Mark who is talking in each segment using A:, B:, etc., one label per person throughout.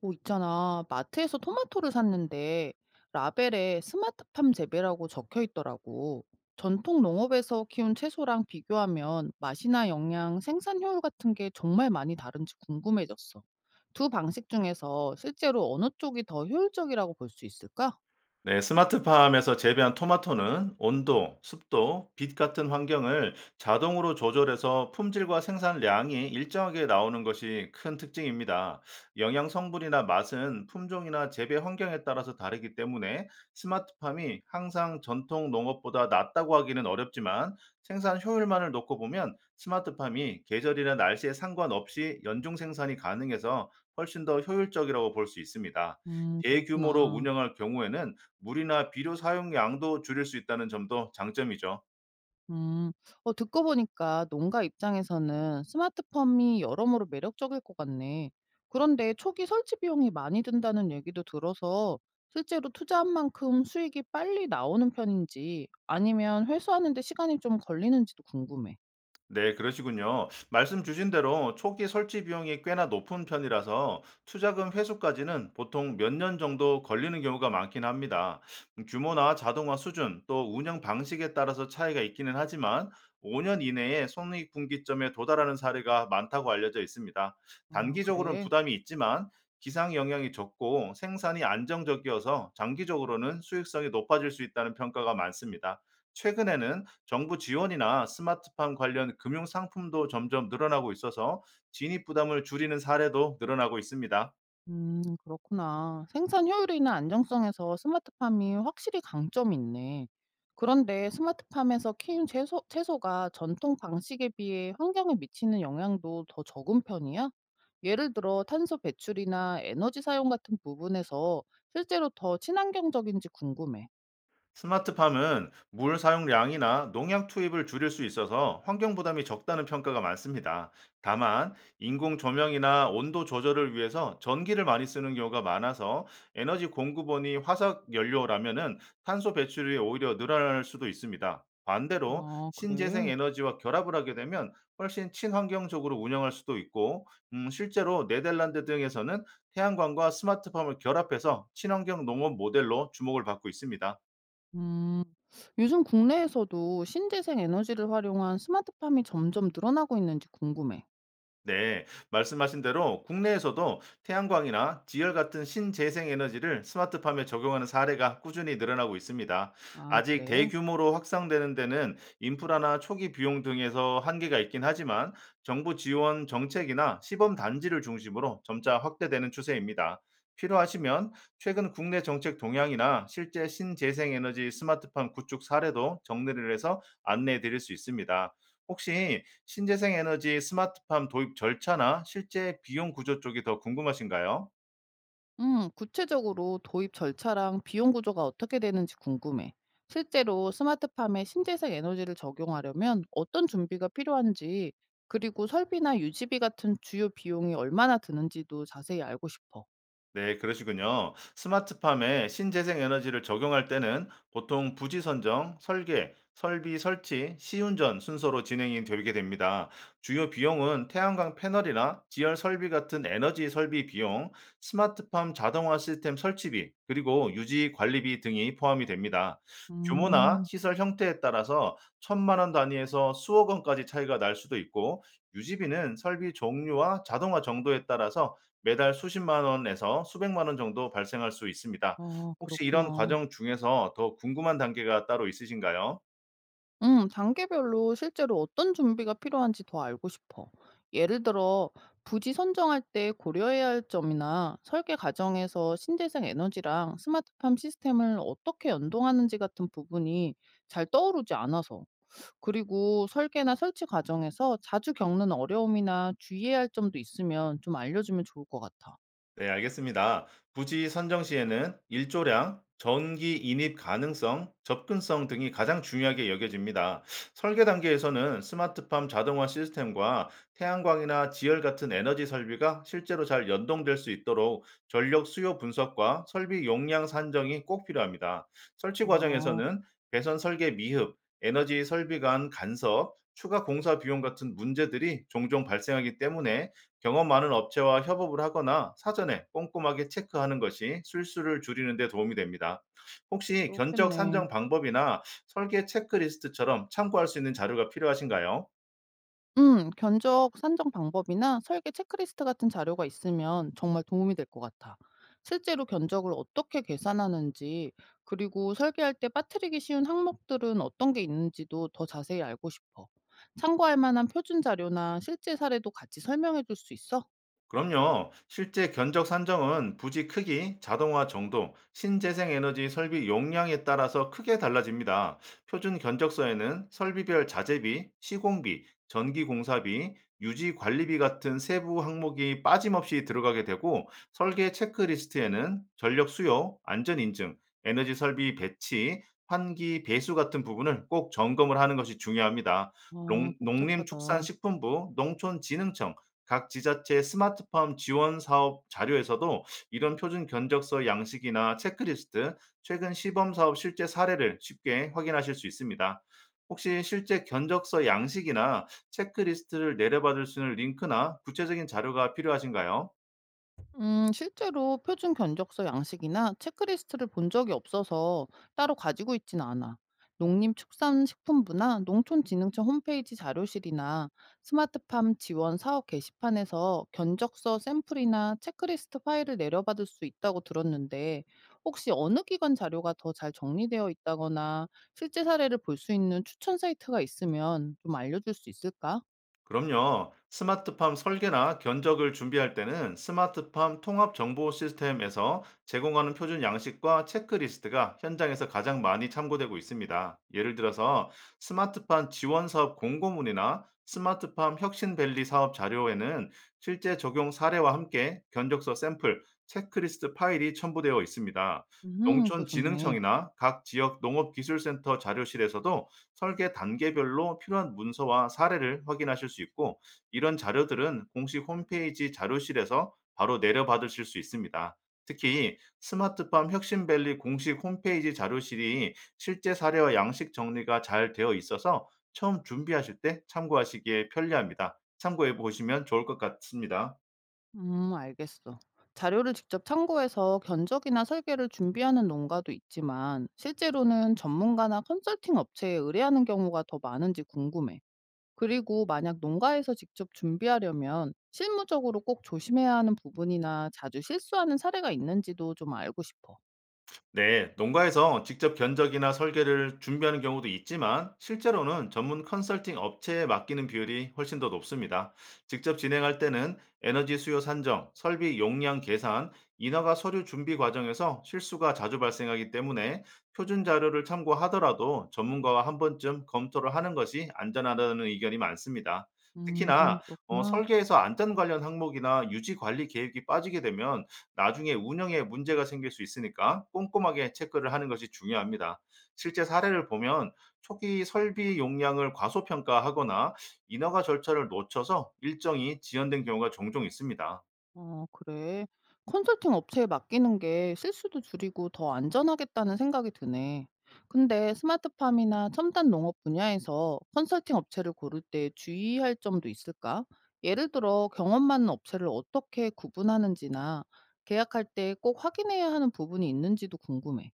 A: 뭐 있잖아. 마트에서 토마토를 샀는데 라벨에 스마트팜 재배라고 적혀 있더라고. 전통 농업에서 키운 채소랑 비교하면 맛이나 영양, 생산 효율 같은 게 정말 많이 다른지 궁금해졌어. 두 방식 중에서 실제로 어느 쪽이 더 효율적이라고 볼 수 있을까?
B: 네, 스마트팜에서 재배한 토마토는 온도, 습도, 빛 같은 환경을 자동으로 조절해서 품질과 생산량이 일정하게 나오는 것이 큰 특징입니다. 영양 성분이나 맛은 품종이나 재배 환경에 따라서 다르기 때문에 스마트팜이 항상 전통 농업보다 낫다고 하기는 어렵지만 생산 효율만을 놓고 보면 스마트팜이 계절이나 날씨에 상관없이 연중 생산이 가능해서 훨씬 더 효율적이라고 볼 수 있습니다. 대규모로
A: 그렇구나.
B: 운영할 경우에는 물이나 비료 사용량도 줄일 수 있다는 점도 장점이죠.
A: 음. 어 듣고 보니까 농가 입장에서는 스마트팜이 여러모로 매력적일 것 같네. 그런데 초기 설치 비용이 많이 든다는 얘기도 들어서 실제로 투자한 만큼 수익이 빨리 나오는 편인지 아니면 회수하는 데 시간이 좀 걸리는지도 궁금해.
B: 네, 그러시군요. 말씀 주신 대로 초기 설치 비용이 꽤나 높은 편이라서 투자금 회수까지는 보통 몇 년 정도 걸리는 경우가 많긴 합니다. 규모나 자동화 수준, 또 운영 방식에 따라서 차이가 있기는 하지만 5년 이내에 손익 분기점에 도달하는 사례가 많다고 알려져 있습니다.
A: 아,
B: 단기적으로는
A: 그래.
B: 부담이 있지만 기상 영향이 적고 생산이 안정적이어서 장기적으로는 수익성이 높아질 수 있다는 평가가 많습니다. 최근에는 정부 지원이나 스마트팜 관련 금융 상품도 점점 늘어나고 있어서 진입 부담을 줄이는 사례도 늘어나고 있습니다.
A: 그렇구나. 생산 효율이나 안정성에서 스마트팜이 확실히 강점이 있네. 그런데 스마트팜에서 키운 채소, 채소가 전통 방식에 비해 환경에 미치는 영향도 더 적은 편이야? 예를 들어 탄소 배출이나 에너지 사용 같은 부분에서 실제로 더 친환경적인지 궁금해.
B: 스마트팜은 물 사용량이나 농약 투입을 줄일 수 있어서 환경 부담이 적다는 평가가 많습니다. 다만 인공 조명이나 온도 조절을 위해서 전기를 많이 쓰는 경우가 많아서 에너지 공급원이 화석 연료라면은 탄소 배출이 오히려 늘어날 수도 있습니다. 반대로
A: 아,
B: 신재생
A: 그래?
B: 에너지와 결합을 하게 되면 훨씬 친환경적으로 운영할 수도 있고 실제로 네덜란드 등에서는 태양광과 스마트팜을 결합해서 친환경 농업 모델로 주목을 받고 있습니다.
A: 음, 요즘 국내에서도 신재생 에너지를 활용한 스마트팜이 점점 늘어나고 있는지 궁금해.
B: 네, 말씀하신 대로 국내에서도 태양광이나 지열 같은 신재생 에너지를 스마트팜에 적용하는 사례가 꾸준히 늘어나고 있습니다.
A: 아,
B: 아직
A: 그래?
B: 대규모로 확산되는 데는 인프라나 초기 비용 등에서 한계가 있긴 하지만 정부 지원 정책이나 시범 단지를 중심으로 점차 확대되는 추세입니다. 필요하시면 최근 국내 정책 동향이나 실제 신재생 에너지 스마트팜 구축 사례도 정리를 해서 안내해 드릴 수 있습니다. 혹시 신재생 에너지 스마트팜 도입 절차나 실제 비용 구조 쪽이 더 궁금하신가요?
A: 구체적으로 도입 절차랑 비용 구조가 어떻게 되는지 궁금해. 실제로 스마트팜에 신재생 에너지를 적용하려면 어떤 준비가 필요한지, 그리고 설비나 유지비 같은 주요 비용이 얼마나 드는지도 자세히 알고 싶어.
B: 네, 그러시군요. 스마트팜에 신재생 에너지를 적용할 때는 보통 부지 선정, 설계, 설비 설치, 시운전 순서로 진행이 되게 됩니다. 주요 비용은 태양광 패널이나 지열 설비 같은 에너지 설비 비용, 스마트팜 자동화 시스템 설치비, 그리고 유지 관리비 등이 포함이 됩니다. 규모나
A: 음,
B: 시설 형태에 따라서 천만 원 단위에서 수억 원까지 차이가 날 수도 있고, 유지비는 설비 종류와 자동화 정도에 따라서 매달 수십만 원에서 수백만 원 정도 발생할 수 있습니다.
A: 아,
B: 혹시 이런
A: 그렇구나.
B: 과정 중에서 더 궁금한 단계가 따로 있으신가요?
A: 단계별로 실제로 어떤 준비가 필요한지 더 알고 싶어. 예를 들어, 부지 선정할 때 고려해야 할 점이나 설계 과정에서 신재생 에너지랑 스마트팜 시스템을 어떻게 연동하는지 같은 부분이 잘 떠오르지 않아서. 그리고 설계나 설치 과정에서 자주 겪는 어려움이나 주의해야 할 점도 있으면 좀 알려주면 좋을 것 같아.
B: 네, 알겠습니다. 부지 선정 시에는 일조량, 전기 인입 가능성, 접근성 등이 가장 중요하게 여겨집니다. 설계 단계에서는 스마트팜 자동화 시스템과 태양광이나 지열 같은 에너지 설비가 실제로 잘 연동될 수 있도록 전력 수요 분석과 설비 용량 산정이 꼭 필요합니다. 설치
A: 아,
B: 과정에서는 배선 설계 미흡, 에너지 설비 간 간섭, 추가 공사 비용 같은 문제들이 종종 발생하기 때문에 경험 많은 업체와 협업을 하거나 사전에 꼼꼼하게 체크하는 것이 실수를 줄이는 데 도움이 됩니다. 혹시 견적
A: 그렇겠네.
B: 산정 방법이나 설계 체크리스트처럼 참고할 수 있는 자료가 필요하신가요?
A: 견적 산정 방법이나 설계 체크리스트 같은 자료가 있으면 정말 도움이 될 것 같아. 실제로 견적을 어떻게 계산하는지, 그리고 설계할 때 빠뜨리기 쉬운 항목들은 어떤 게 있는지도 더 자세히 알고 싶어. 참고할 만한 표준 자료나 실제 사례도 같이 설명해 줄 수 있어?
B: 그럼요. 실제 견적 산정은 부지 크기, 자동화 정도, 신재생 에너지 설비 용량에 따라서 크게 달라집니다. 표준 견적서에는 설비별 자재비, 시공비, 전기 공사비, 유지 관리비 같은 세부 항목이 빠짐없이 들어가게 되고 설계 체크리스트에는 전력 수요, 안전 인증, 에너지 설비 배치, 환기 배수 같은 부분을 꼭 점검을 하는 것이 중요합니다.
A: 아, 복잡하다.
B: 농림축산식품부, 농촌진흥청 각 지자체 스마트팜 지원 사업 자료에서도 이런 표준 견적서 양식이나 체크리스트, 최근 시범 사업 실제 사례를 쉽게 확인하실 수 있습니다. 혹시 실제 견적서 양식이나 체크리스트를 내려받을 수 있는 링크나 구체적인 자료가 필요하신가요?
A: 실제로 표준 견적서 양식이나 체크리스트를 본 적이 없어서 따로 가지고 있진 않아. 농림축산식품부나 농촌진흥청 홈페이지 자료실이나 스마트팜 지원 사업 게시판에서 견적서 샘플이나 체크리스트 파일을 내려받을 수 있다고 들었는데 혹시 어느 기관 자료가 더 잘 정리되어 있다거나 실제 사례를 볼 수 있는 추천 사이트가 있으면 좀 알려줄 수 있을까?
B: 그럼요. 스마트팜 설계나 견적을 준비할 때는 스마트팜 통합 정보 시스템에서 제공하는 표준 양식과 체크리스트가 현장에서 가장 많이 참고되고 있습니다. 예를 들어서 스마트팜 지원 사업 공고문이나 스마트팜 혁신밸리 사업 자료에는 실제 적용 사례와 함께 견적서 샘플, 체크리스트 파일이 첨부되어 있습니다.
A: 그거 좋네.
B: 농촌진흥청이나 각 지역 농업기술센터 자료실에서도 설계 단계별로 필요한 문서와 사례를 확인하실 수 있고 이런 자료들은 공식 홈페이지 자료실에서 바로 내려받으실 수 있습니다. 특히 스마트팜 혁신밸리 공식 홈페이지 자료실이 실제 사례와 양식 정리가 잘 되어 있어서 처음 준비하실 때 참고하시기에 편리합니다. 참고해 보시면 좋을 것 같습니다.
A: 알겠어. 자료를 직접 참고해서 견적이나 설계를 준비하는 농가도 있지만 실제로는 전문가나 컨설팅 업체에 의뢰하는 경우가 더 많은지 궁금해. 그리고 만약 농가에서 직접 준비하려면 실무적으로 꼭 조심해야 하는 부분이나 자주 실수하는 사례가 있는지도 좀 알고 싶어.
B: 네, 농가에서 직접 견적이나 설계를 준비하는 경우도 있지만 실제로는 전문 컨설팅 업체에 맡기는 비율이 훨씬 더 높습니다. 직접 진행할 때는 에너지 수요 산정, 설비 용량 계산, 인허가 서류 준비 과정에서 실수가 자주 발생하기 때문에 표준 자료를 참고하더라도 전문가와 한 번쯤 검토를 하는 것이 안전하다는 의견이 많습니다.
A: 음,
B: 특히나
A: 그렇구나.
B: 설계에서 안전 관련 항목이나 유지 관리 계획이 빠지게 되면 나중에 운영에 문제가 생길 수 있으니까 꼼꼼하게 체크를 하는 것이 중요합니다. 실제 사례를 보면 초기 설비 용량을 과소평가하거나 인허가 절차를 놓쳐서 일정이 지연된 경우가 종종 있습니다.
A: 어, 그래. 컨설팅 업체에 맡기는 게 실수도 줄이고 더 안전하겠다는 생각이 드네. 근데 스마트팜이나 첨단 농업 분야에서 컨설팅 업체를 고를 때 주의할 점도 있을까? 예를 들어 경험 많은 업체를 어떻게 구분하는지나 계약할 때 꼭 확인해야 하는 부분이 있는지도 궁금해.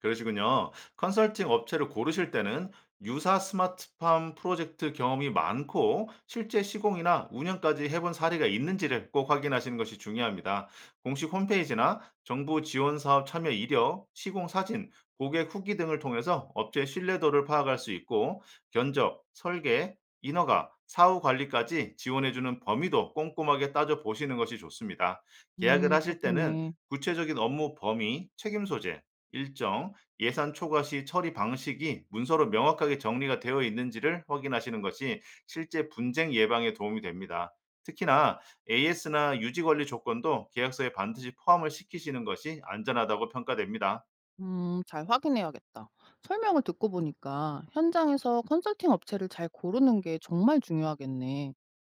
B: 그러시군요. 컨설팅 업체를 고르실 때는 유사 스마트팜 프로젝트 경험이 많고 실제 시공이나 운영까지 해본 사례가 있는지를 꼭 확인하시는 것이 중요합니다. 공식 홈페이지나 정부 지원 사업 참여 이력, 시공 사진, 고객 후기 등을 통해서 업체 신뢰도를 파악할 수 있고 견적, 설계, 인허가, 사후 관리까지 지원해주는 범위도 꼼꼼하게 따져 보시는 것이 좋습니다. 계약을 하실 때는
A: 그렇겠네.
B: 구체적인 업무 범위, 책임 소재, 일정, 예산 초과 시 처리 방식이 문서로 명확하게 정리가 되어 있는지를 확인하시는 것이 실제 분쟁 예방에 도움이 됩니다. 특히나 AS나 유지 관리 조건도 계약서에 반드시 포함을 시키시는 것이 안전하다고 평가됩니다.
A: 잘 확인해야겠다. 설명을 듣고 보니까 현장에서 컨설팅 업체를 잘 고르는 게 정말 중요하겠네.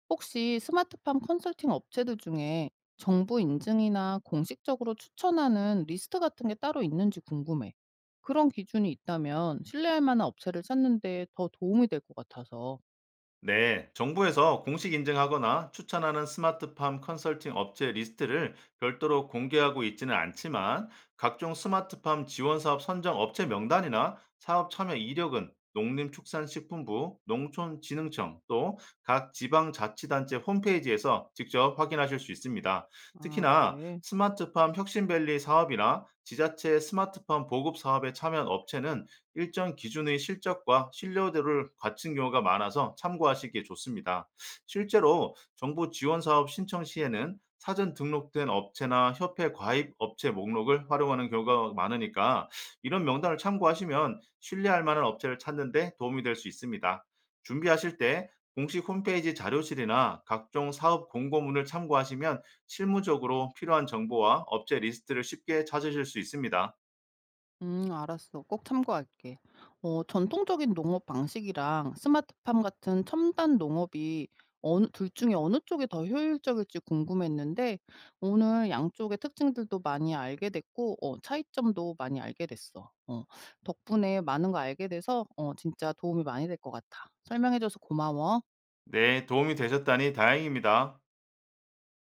A: 혹시 스마트팜 컨설팅 업체들 중에 정부 인증이나 공식적으로 추천하는 리스트 같은 게 따로 있는지 궁금해. 그런 기준이 있다면 신뢰할 만한 업체를 찾는 데 더 도움이 될 것 같아서.
B: 네, 정부에서 공식 인증하거나 추천하는 스마트팜 컨설팅 업체 리스트를 별도로 공개하고 있지는 않지만 각종 스마트팜 지원 사업 선정 업체 명단이나 사업 참여 이력은 농림축산식품부, 농촌진흥청 또 각 지방자치단체 홈페이지에서 직접 확인하실 수 있습니다.
A: 아,
B: 특히나
A: 그래.
B: 스마트팜 혁신밸리 사업이나 지자체 스마트팜 보급 사업에 참여한 업체는 일정 기준의 실적과 신뢰도를 갖춘 경우가 많아서 참고하시기에 좋습니다. 실제로 정부 지원 사업 신청 시에는 사전 등록된 업체나 협회 가입 업체 목록을 활용하는 경우가 많으니까 이런 명단을 참고하시면 신뢰할 만한 업체를 찾는 데 도움이 될 수 있습니다. 준비하실 때 공식 홈페이지 자료실이나 각종 사업 공고문을 참고하시면 실무적으로 필요한 정보와 업체 리스트를 쉽게 찾으실 수 있습니다.
A: 알았어. 꼭 참고할게. 전통적인 농업 방식이랑 스마트팜 같은 첨단 농업이 어느, 둘 중에 어느 쪽이 더 효율적일지 궁금했는데, 오늘 양쪽의 특징들도 많이 알게 됐고, 차이점도 많이 알게 됐어. 덕분에 많은 거 알게 돼서, 진짜 도움이 많이 될 것 같아. 설명해줘서 고마워.
B: 네, 도움이 되셨다니 다행입니다.